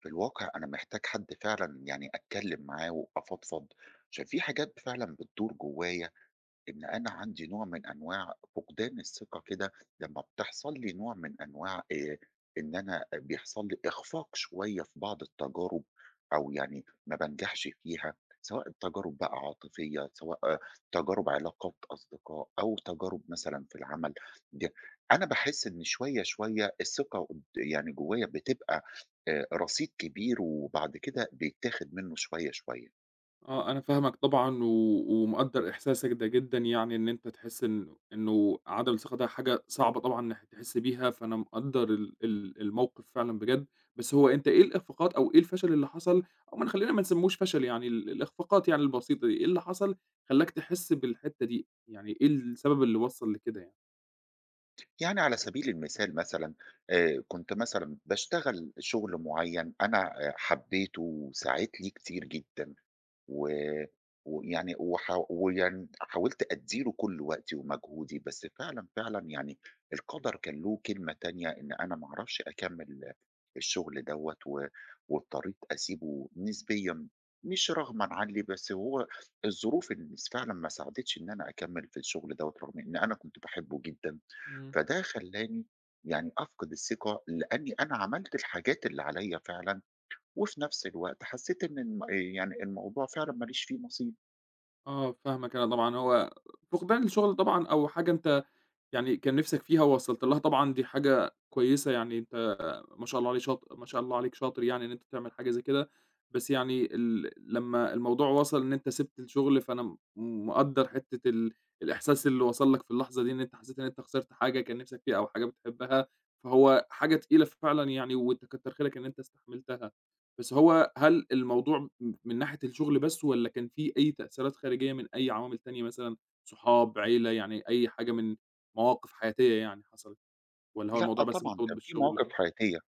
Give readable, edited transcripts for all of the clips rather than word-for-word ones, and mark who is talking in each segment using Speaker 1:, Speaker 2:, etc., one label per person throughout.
Speaker 1: في الواقع أنا محتاج حد فعلًا يعني أتكلّم معاه وأفضفض، عشان في حاجات فعلًا بتدور جوايا إن أنا عندي نوع من أنواع فقدان الثقة كده لمّا بتحصل لي نوع من أنواع إن أنا بيحصل لي إخفاق شوية في بعض التجارب، أو يعني ما بانجحش فيها، سواء تجارب بقى عاطفية، سواء تجارب علاقات أصدقاء، أو تجارب مثلًا في العمل. د أنا باحس إن شوية الثقة قد يعني جوايا بتبقى رصيد كبير وبعد كده بيتاخد منه شوية، شوية.
Speaker 2: آه، أنا فاهمك طبعًا و ومقدّر إحساسك ده جدًا يعني إن أنت تحس إنه عدم الثقة ده حاجة صعبة طبعًا إنك تحس بيها، فأنا مقدّر ال ال الموقف فعلًا بجد، بس هو أنت إيه الإخفاقات أو إيه الفشل اللي حصل أو ما خلّينا ما نسمّوش فشل يعني الإخفاقات يعني البسيطة دي، إيه اللي حصل خلّاك تحس بالحتّة دي؟ يعني إيه السبب اللي وصّل لكده يعني؟
Speaker 1: يعني على سبيل المثال مثلًا، كنت مثلًا باشتغل شغل معيّن أنا حبيته وساعد لي كتير جدًا، و ويعني وح ويعني حاولت أدّي له كل وقتي ومجهودي، بس فعلًا يعني القدر كان له كلمة تانية إن أنا ما أعرفش أكمّل الشغل دوّة، واضطريت أسيبه نسبيًا، مش رغمًا عنّي، بس هو الظروف إن فعلًا ما ساعدتش إن أنا أكمّل في الشغل دوّة رغم إن أنا كنت باحبه جدًا.
Speaker 2: إمم.
Speaker 1: فده خلّاني يعني أفقد الثقة لإنّي أنا عملت الحاجات اللي عليّا فعلًا، وفي نفس الوقت حسيت إن يعني الموضوع فعلًا ما ليش فيه نصيب.
Speaker 2: آه، فاهمك أنا طبعًا، هو فقدان الشغل طبعًا أو حاجة أنت يعني كان نِفْسك فيها ووصَّلت لها طبعًا دي حاجة كويسة، يعني أنت ما شاء الله عليه شاط ما شاء الله عليك شاطر يعني إن أنت تعمل حاجة زي كده، بس يعني ال لمّا الموضوع وصل إن أنت سِبت الشغل، فأنا مقدّر حتّة الإحساس اللي وصل لك في اللحظة دي إن أنت حسّيت إن أنت خسرت حاجة كان نِفْسك فيها أو حاجة بتحبها، فهو حاجة تقيلة فعلًا يعني وأنت كتّر خيرك إن أنت استحملتها، بس هو هل الموضوع من ناحية الشغل بس والّا كان في أي تأثيرات خارجية من أي عوامل تانية مثلًا صحاب، عيلة، يعني أي حاجة من مواقف حياتية يعني حصلت، والّا هو
Speaker 1: لأ
Speaker 2: الموضوع بس
Speaker 1: طبعًا
Speaker 2: مرتبط
Speaker 1: كان في
Speaker 2: بالشغل؟
Speaker 1: مواقف
Speaker 2: آه،
Speaker 1: حياتية.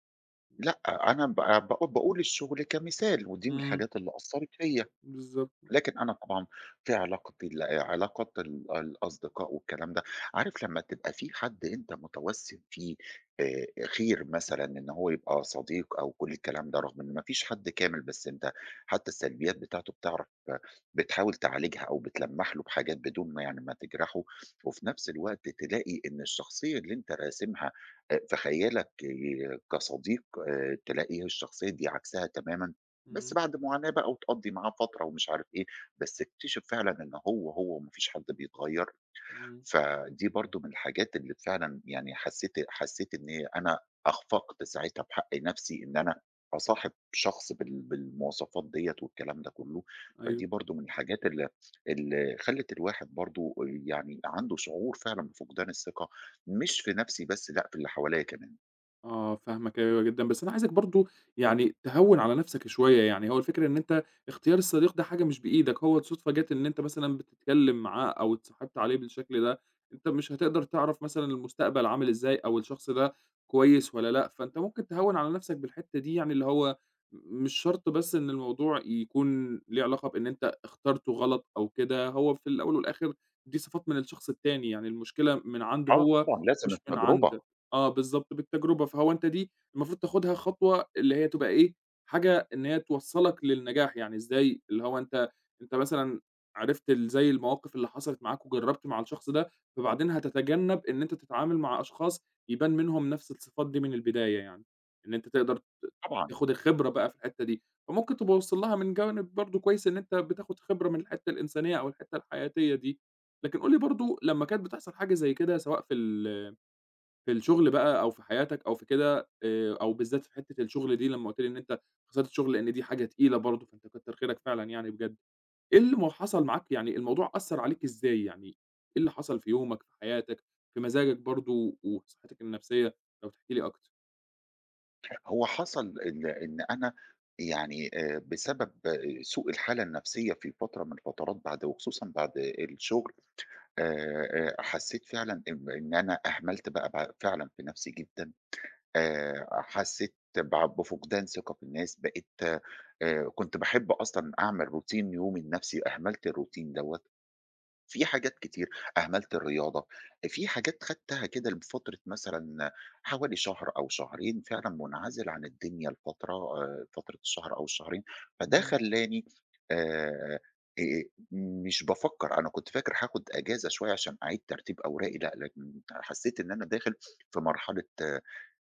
Speaker 1: لأ أنا ب باق باقول الشغل كمثال، ودي من
Speaker 2: إمم،
Speaker 1: الحاجات اللي أثّرت فيّا.
Speaker 2: بالضبط،
Speaker 1: لكن أنا طبعًا في علاقتي ال علاقات الأصدقاء والكلام ده، عارف لمّا تبقى في حد أنت متوسّم فيه خير مثلًا إن هو يبقى صديق أو كل الكلام ده، رغم إن ما فيش حد كامل، بس أنت حتى السلبيات بتاعته بتعرف آه، بتحاول تعالجها أو بتلمّح له بحاجات بدون ما يعني ما تجرحه، وفي نفس الوقت تلاقي إن الشخصية اللي أنت راسمها في خيالك آه، كصديق تلاقي الشخصية دي عكسها تمامًا. بس
Speaker 2: إمم،
Speaker 1: بعد معاناة بقى وتقضّي معاه فترة ومش عارف إيه، بس اكتشف فعلًا إن هو وما فيش حد بيتغيّر.
Speaker 2: إمم،
Speaker 1: فدي برضه من الحاجات اللي فعلًا يعني حسّيت إن هي أنا أخفقت ساعتها بحق نَفْسي إن أنا أصاحب شخص بالمواصفات ديّة والكلام ده كُلّه. فدي
Speaker 2: أيوه.
Speaker 1: برضه من الحاجات اللي خلّت الواحد برضه يعني عنده شعور فعلًا بفقدان الثقة، مش في نَفْسي بس لأ، في اللي حواليّا كمان.
Speaker 2: آه، فاهمك أيوه جدًا، بس أنا عايزك برضه يعني تهوّن على نَفْسك شوية، يعني هو الفكرة إن أنت اختيار الصديق ده حاجة مش بإيدك، هو الصُدفة جات إن أنت مثلًا بتتكلم معاه أو اتصاحبت عليه بالشكل ده، أنت مش هتقدر تعرف مثلًا المستقبل عامل إزاي أو الشخص ده كويس والّا لأ، فأنت ممكن تهوّن على نَفْسك بالحتّة دي يعني اللي هو مش شرط بس إن الموضوع يكون ليه علاقة بإن أنت اخترته غلط أو كده، هو في الأول والآخِر دي صفات من الشخص التاني، يعني المشكلة من عنده
Speaker 1: آه
Speaker 2: هو
Speaker 1: طبعًا لازم
Speaker 2: مش من
Speaker 1: التجربة.
Speaker 2: عندك. آه، بالضبط، بالتجربة، فهو أنت دي المفروض تاخدها خطوة اللي هي تبقى إيه، حاجة إن هي توصّلك للنجاح، يعني إزاي؟ اللي هو أنت مثلًا عرفت زي المواقف اللي حصلت معاك وجرّبت مع الشخص ده، فبعدين هتتجنب إن أنت تتعامل مع أشخاص يبان منهم نفس الصفات دي من البداية يعني، إن أنت تقدر
Speaker 1: طبعًا.
Speaker 2: تاخد الخبرة بقى في الحتّة دي، فممكن تبقى واصل لها من جانب برضه كويس إن أنت بتاخد خبرة من الحتّة الإنسانية أو الحتّة الحياتية دي، لكن قُل لي برضه لمّا كانت بتحصل حاجة زي كده سواء في الشغل بقى أو في حياتك أو في كده أو بالذات في حتّة الشغل دي لمّا قُلت لي إن أنت خسرت الشغل لإن دي حاجة تقيلة برضه، فأنت كتّر خيرك فعلًا يعني بجد. إيه اللي ما حصل معاك يعني الموضوع أثّر عليك إزاي يعني، إيه اللي حصل في يومك، في حياتك، في مزاجك برضه وفي صحتك النفسية؟ لو تحكي لي أكتر.
Speaker 1: هو حصل إن أنا يعني بسبب آه، سوء الحالة النفسية في فترة من الفترات بعد وخصوصًا بعد الشغل، حسّيت فعلًا إن أنا أهملت بقى فعلًا في نفسي جدًا. حسّيت بفقدان ثقة في الناس، بقيت كنت باحب أصلًا أعمل روتين يومي لنفسي، أهملت الروتين دوّة. في حاجات كتير، أهملت الرياضة، في حاجات خدتها كده لفترة مثلًا حوالي شهر أو شهرين فعلًا منعزل عن الدنيا لفترة فترة الشهر أو الشهرين. فده
Speaker 2: إمم.
Speaker 1: خلّاني، آآ، آآ، مش بافكّر، أنا كنت فاكر هاخد أجازة شوية عشان أعيد ترتيب أوراقي لأ، لكن حسّيت إن أنا داخل في مرحلة،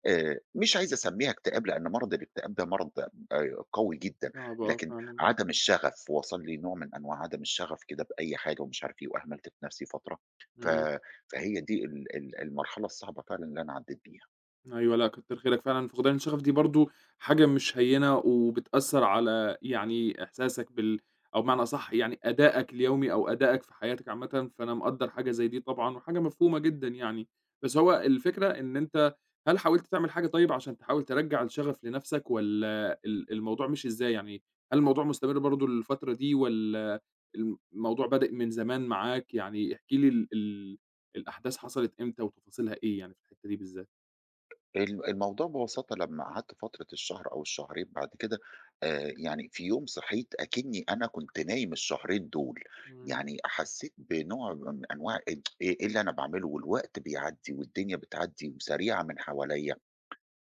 Speaker 1: مش عايز أسمّيها اكتئاب لأن مرض الاكتئاب ده مرض قوي جدًا،
Speaker 2: صعب آه
Speaker 1: لكن
Speaker 2: فعلًا.
Speaker 1: عدم الشغف، وصل لي نوع من أنواع عدم الشغف كده بأي حاجة ومش عارف إيه، وأهملت في نفسي فترة. ف
Speaker 2: إمم.
Speaker 1: فهي دي ال ال المرحلة الصعبة فعلًا اللي أنا عدّيت بيها.
Speaker 2: أيوه، لأ كتّر خيرك فعلًا، فقدان الشغف دي برضه حاجة مش هيّنة وبتأثّر على يعني إحساسك بال أو بمعنى أصح يعني أدائك اليومي أو أدائك في حياتك عامةً، فأنا مقدّر حاجة زي دي طبعًا وحاجة مفهومة جدًا يعني. بس هو الفكرة إن أنت هل حاولت تعمل حاجة طيب عشان تحاول ترجّع الشغف لنَفْسك والّا الموضوع مشي إزاي؟ يعني هل الموضوع مستمر برضه للفترة دي والّا الموضوع بادئ من زمان معاك؟ يعني احكِ لي ال ال الأحداث حصلت إمتى وتفاصيلها إيه يعني في الحتّة دي بالذات؟
Speaker 1: الموضوع ببساطة لمّا قعدت فترة الشهر أو الشهرين بعد كده، يعني في يوم صحيت أكنّي أنا كنت نايم الشهرين دول،
Speaker 2: مم.
Speaker 1: يعني حسّيت بنوع من أنواع إيه إيه اللي أنا باعمله والوقت بيعدّي والدنيا بتعدّي وسريعة من حواليّا،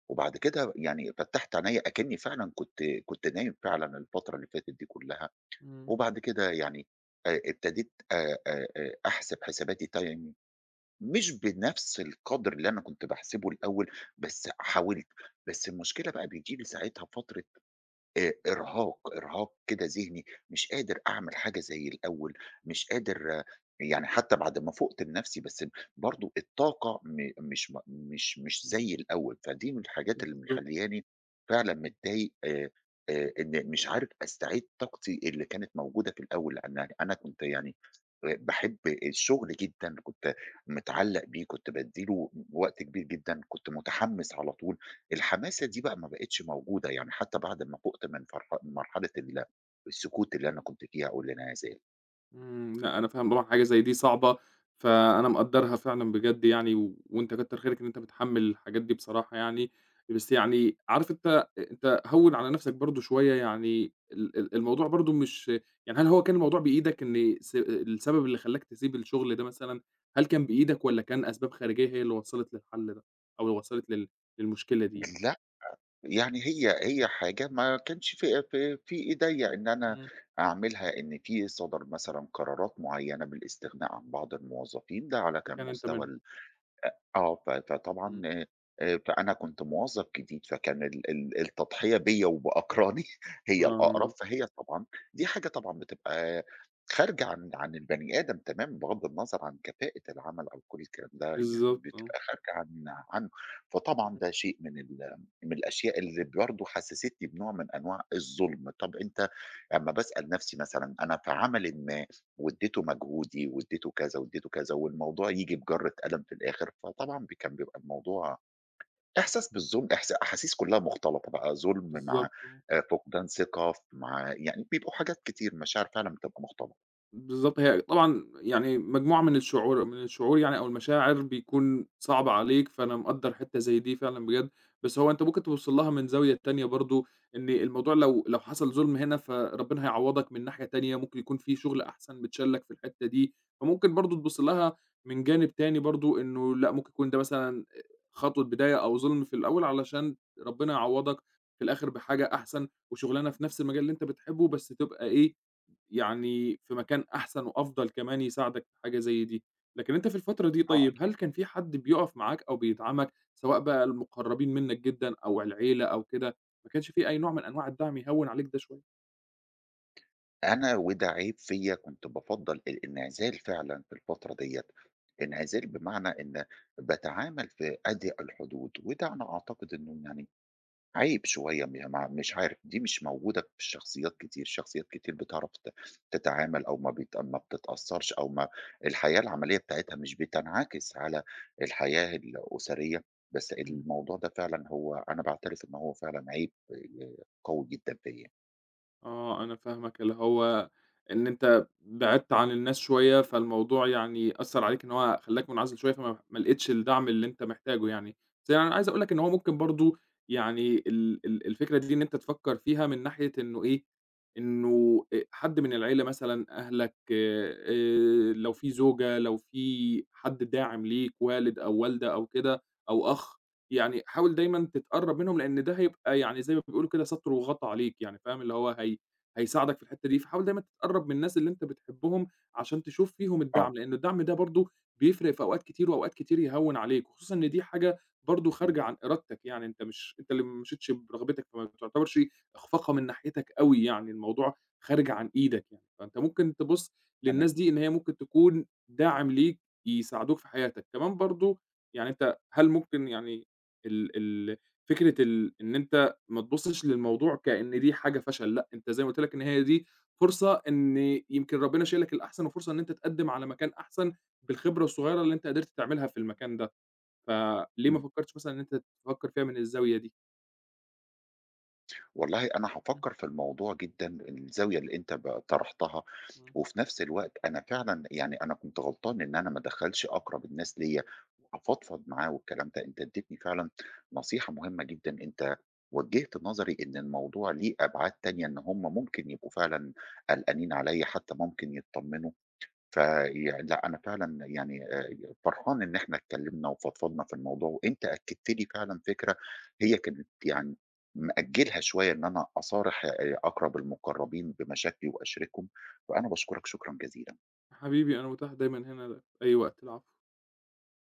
Speaker 1: وبعد كده يعني فتّحت عينيّا أكنّي فعلًا كنت نايم فعلًا الفترة اللي فاتت دي كلّها.
Speaker 2: إمم،
Speaker 1: وبعد كده يعني ابتديت أحسب حساباتي تايم مش بنفس القدر اللي أنا كنت باحسبه الأول، بس حاولت، بس المشكلة بقى بييجي لي ساعتها فترة إرهاق، إرهاق كده ذهني، مش قادر أعمل حاجة زي الأول، مش قادر آه، يعني حتى بعد ما فُقت لنفسي بس برضه الطاقة م مش م مش مش زي الأول، فدي من الحاجات اللي
Speaker 2: بالضبط،
Speaker 1: مخلّياني فعلًا متضايق إن مش عارف أستعيد طاقتي اللي كانت موجودة في الأول، لأن يعني أنا كنت يعني باحب الشغل جدًا، كنت متعلّق بيه، كنت بادّي له وقت كبير جدًا، كنت متحمّس على طول. الحماسة دي بقى ما بقتش موجودة، يعني حتى بعد ما فُقت من فرح من مرحلة السكوت اللي أنا كنت فيها أو اللي أنا عايزاه.
Speaker 2: إمم، لأ أنا فاهم طبعًا حاجة زي دي صعبة، فأنا مقدّرها فعلًا بجد يعني، و وأنت كتّر خيرك إن أنت متحمّل الحاجات دي بصراحة يعني، بس يعني عارف أنت هوّن على نَفْسك برضه شوية يعني ال ال الموضوع برضه مش يعني هل هو كان الموضوع بإيدك إن السبب اللي خلّاك تسيب الشغل ده مثلًا، هل كان بإيدك والّا كان أسباب خارجية هي اللي وصّلت للحل ده، أو اللي وصّلت للمشكلة دي يعني؟
Speaker 1: لأ، يعني هي
Speaker 2: إمم،
Speaker 1: حاجة ما كانش في إيديّا إن أنا
Speaker 2: إمم،
Speaker 1: أعملها، إن في صدر مثلًا قرارات معيّنة بالاستغناء عن بعض الموظفين، ده على
Speaker 2: ده
Speaker 1: كان
Speaker 2: كان أنت
Speaker 1: مستوى
Speaker 2: منهم،
Speaker 1: ال آه، فطبعًا
Speaker 2: إمم،
Speaker 1: فأنا كنت موظف جديد، فكان ال ال التضحية بيّا وبأقراني هي الأقرب،
Speaker 2: آه،
Speaker 1: فهي طبعًا دي حاجة طبعًا بتبقى خارجة عن البني آدم تمامًا، بغض النظر عن كفاءة العمل أو كل الكلام ده، يعني
Speaker 2: بالضبط، آه،
Speaker 1: بتبقى خارجة عن عنه. فطبعًا ده شيء من الأشياء اللي برضه حسستني بنوع من أنواع الظلم. طَب أنت أمّا باسأل نفسي مثلًا أنا في عملٍ ما واديته مجهودي، واديته كذا، واديته كذا، والموضوع ييجي بجَرّة قلم في الآخر، فطبعًا كان بيبقى الموضوع إحساس بالظلم، أحاسيس كلّها مختلطة بقى، ظلم مع
Speaker 2: بالضبط، آه.
Speaker 1: فقدان ثقة مع يعني بيبقوا حاجات كتير، مشاعر فعلًا بتبقى مختلطة.
Speaker 2: بالضبط، هي طبعًا يعني مجموعة من الشعور يعني أو المشاعر بيكون صعب عليك، فأنا مقدّر حتّة زي دي فعلًا بجد، بس هو أنت ممكن تبُص لها من زاوية تانية برضه، إن الموضوع لو حصل ظُلم هنا فربنا هيعوّضك من ناحية تانية، ممكن يكون في شغل أحسن متشال لك في الحتّة دي، فممكن برضه تبُص لها من جانب تاني برضه إنه لأ، ممكن يكون ده مثلًا خطوة بداية أو ظُلم في الأول علشان ربنا يعوّضك في الآخر بحاجة أحسن وشغلانة في نفس المجال اللي أنت بتحبه، بس تبقى إيه، يعني في مكان أحسن وأفضل كمان يساعدك في حاجة زي دي، لكن أنت في الفترة دي
Speaker 1: آه
Speaker 2: طيب
Speaker 1: أكيد.
Speaker 2: هل كان في حد بيقف معاك أو بيدعمك، سواء بقى المقربين منك جدًا أو العيلة أو كده، ما كانش في أي نوع من أنواع الدعم يهوّن عليك ده شوية؟
Speaker 1: أنا وده عيب فيّا كنت بافضّل الانعزال فعلًا في الفترة ديّة، انعزال بمعنى إن باتعامل في أضيق الحدود، وده أنا أعتقد إنه يعني عيب شوية م ما مش عارف، دي مش موجودة في شخصيات كتير، شخصيات كتير بتعرف تتعامل أو ما بتتأثّرش أو ما الحياة العملية بتاعتها مش بتنعكس على الحياة الأسرية، بس
Speaker 2: إمم.
Speaker 1: الموضوع ده فعلًا هو أنا باعترف إن هو فعلًا عيب قوي جدًا فيّا.
Speaker 2: آه، أنا فاهمك، اللي هو إن أنت بعدت عن الناس شوية، فالموضوع يعني أثّر عليك إن هو خلّاك منعزل شوية، فما ما لقيتش الدعم اللي أنت محتاجه يعني. بس يعني أنا عايز أقول لك إن هو ممكن برضه يعني ال ال الفكرة دي إن أنت تفكّر فيها من ناحية إنه إيه، إنه حد من العيلة مثلًا، أهلك لو في زوجة، لو في حد داعم ليك، والد أو والدة أو كده أو أخ. يعني حاول دايمًا تتقرّب منهم، لإن ده هيبقى يعني زي ما بيقولوا كده سَتْر وغطا عليك، يعني فاهم، اللي هو هي هيساعدك في الحتّة دي، فحاول دايمًا تتقرّب من الناس اللي أنت بتحبهم عشان تشوف فيهم الدعم،
Speaker 1: آه،
Speaker 2: لإن الدعم ده برضه بيفرق في أوقات كتير وأوقات كتير يهوّن عليك، وخصوصًا إن دي حاجة برضه
Speaker 1: إمم،
Speaker 2: خارجة عن إرادتك، يعني أنت مش أنت اللي ما مشيتش برغبتك، فما تعتبرش إخفاقها من ناحيتك أوي يعني، الموضوع خارج عن إيدك يعني، فأنت ممكن تبُص
Speaker 1: تمام،
Speaker 2: للناس دي إن هي ممكن تكون داعم ليك، يساعدوك في حياتك. كمان برضه يعني أنت هل ممكن يعني ال ال فكرة ال إن أنت ما تبُصّش للموضوع كإن دي حاجة فشل، لأ، أنت زي ما قُلت لك إن هي دي فرصة إن يمكن ربنا شايل لك الأحسن وفرصة إن أنت تقدّم على مكان أحسن بالخبرة الصغيرة اللي أنت قدرت تعملها في المكان ده، فليه ما
Speaker 1: إمم.
Speaker 2: فكّرتش مثلًا إن أنت تفكّر فيها من الزاوية دي؟
Speaker 1: والله أنا
Speaker 2: إمم،
Speaker 1: هافكّر في الموضوع جدًا، الزاوية اللي أنت طرحتها،
Speaker 2: إمم.
Speaker 1: وفي نفس الوقت أنا فعلًا يعني أنا كنت غلطان إن أنا ما أدخّلش أقرب الناس ليّا، وأفضفض معاه والكلام ده، أنت ادّيتني فعلًا نصيحة مهمة جدًا، أنت وجّهت نظري إن الموضوع ليه أبعاد تانية، إن هُم ممكن يبقوا فعلًا قلقانين عليّا، حتى ممكن يتطمنوا فيع. لأ أنا فعلًا يعني فرحان إن إحنا اتكلّمنا وفضفضنا في الموضوع، وأنت أكدت لي فعلًا فكرة هي كانت يعني مأجّلها شوية إن أنا أصارح أقرب المُقرّبين بمشاكلي وأشاركهم، فأنا باشكرك شكرًا جزيلًا.
Speaker 2: حبيبي أنا متاح دايمًا هنا في أي وقت، العفو.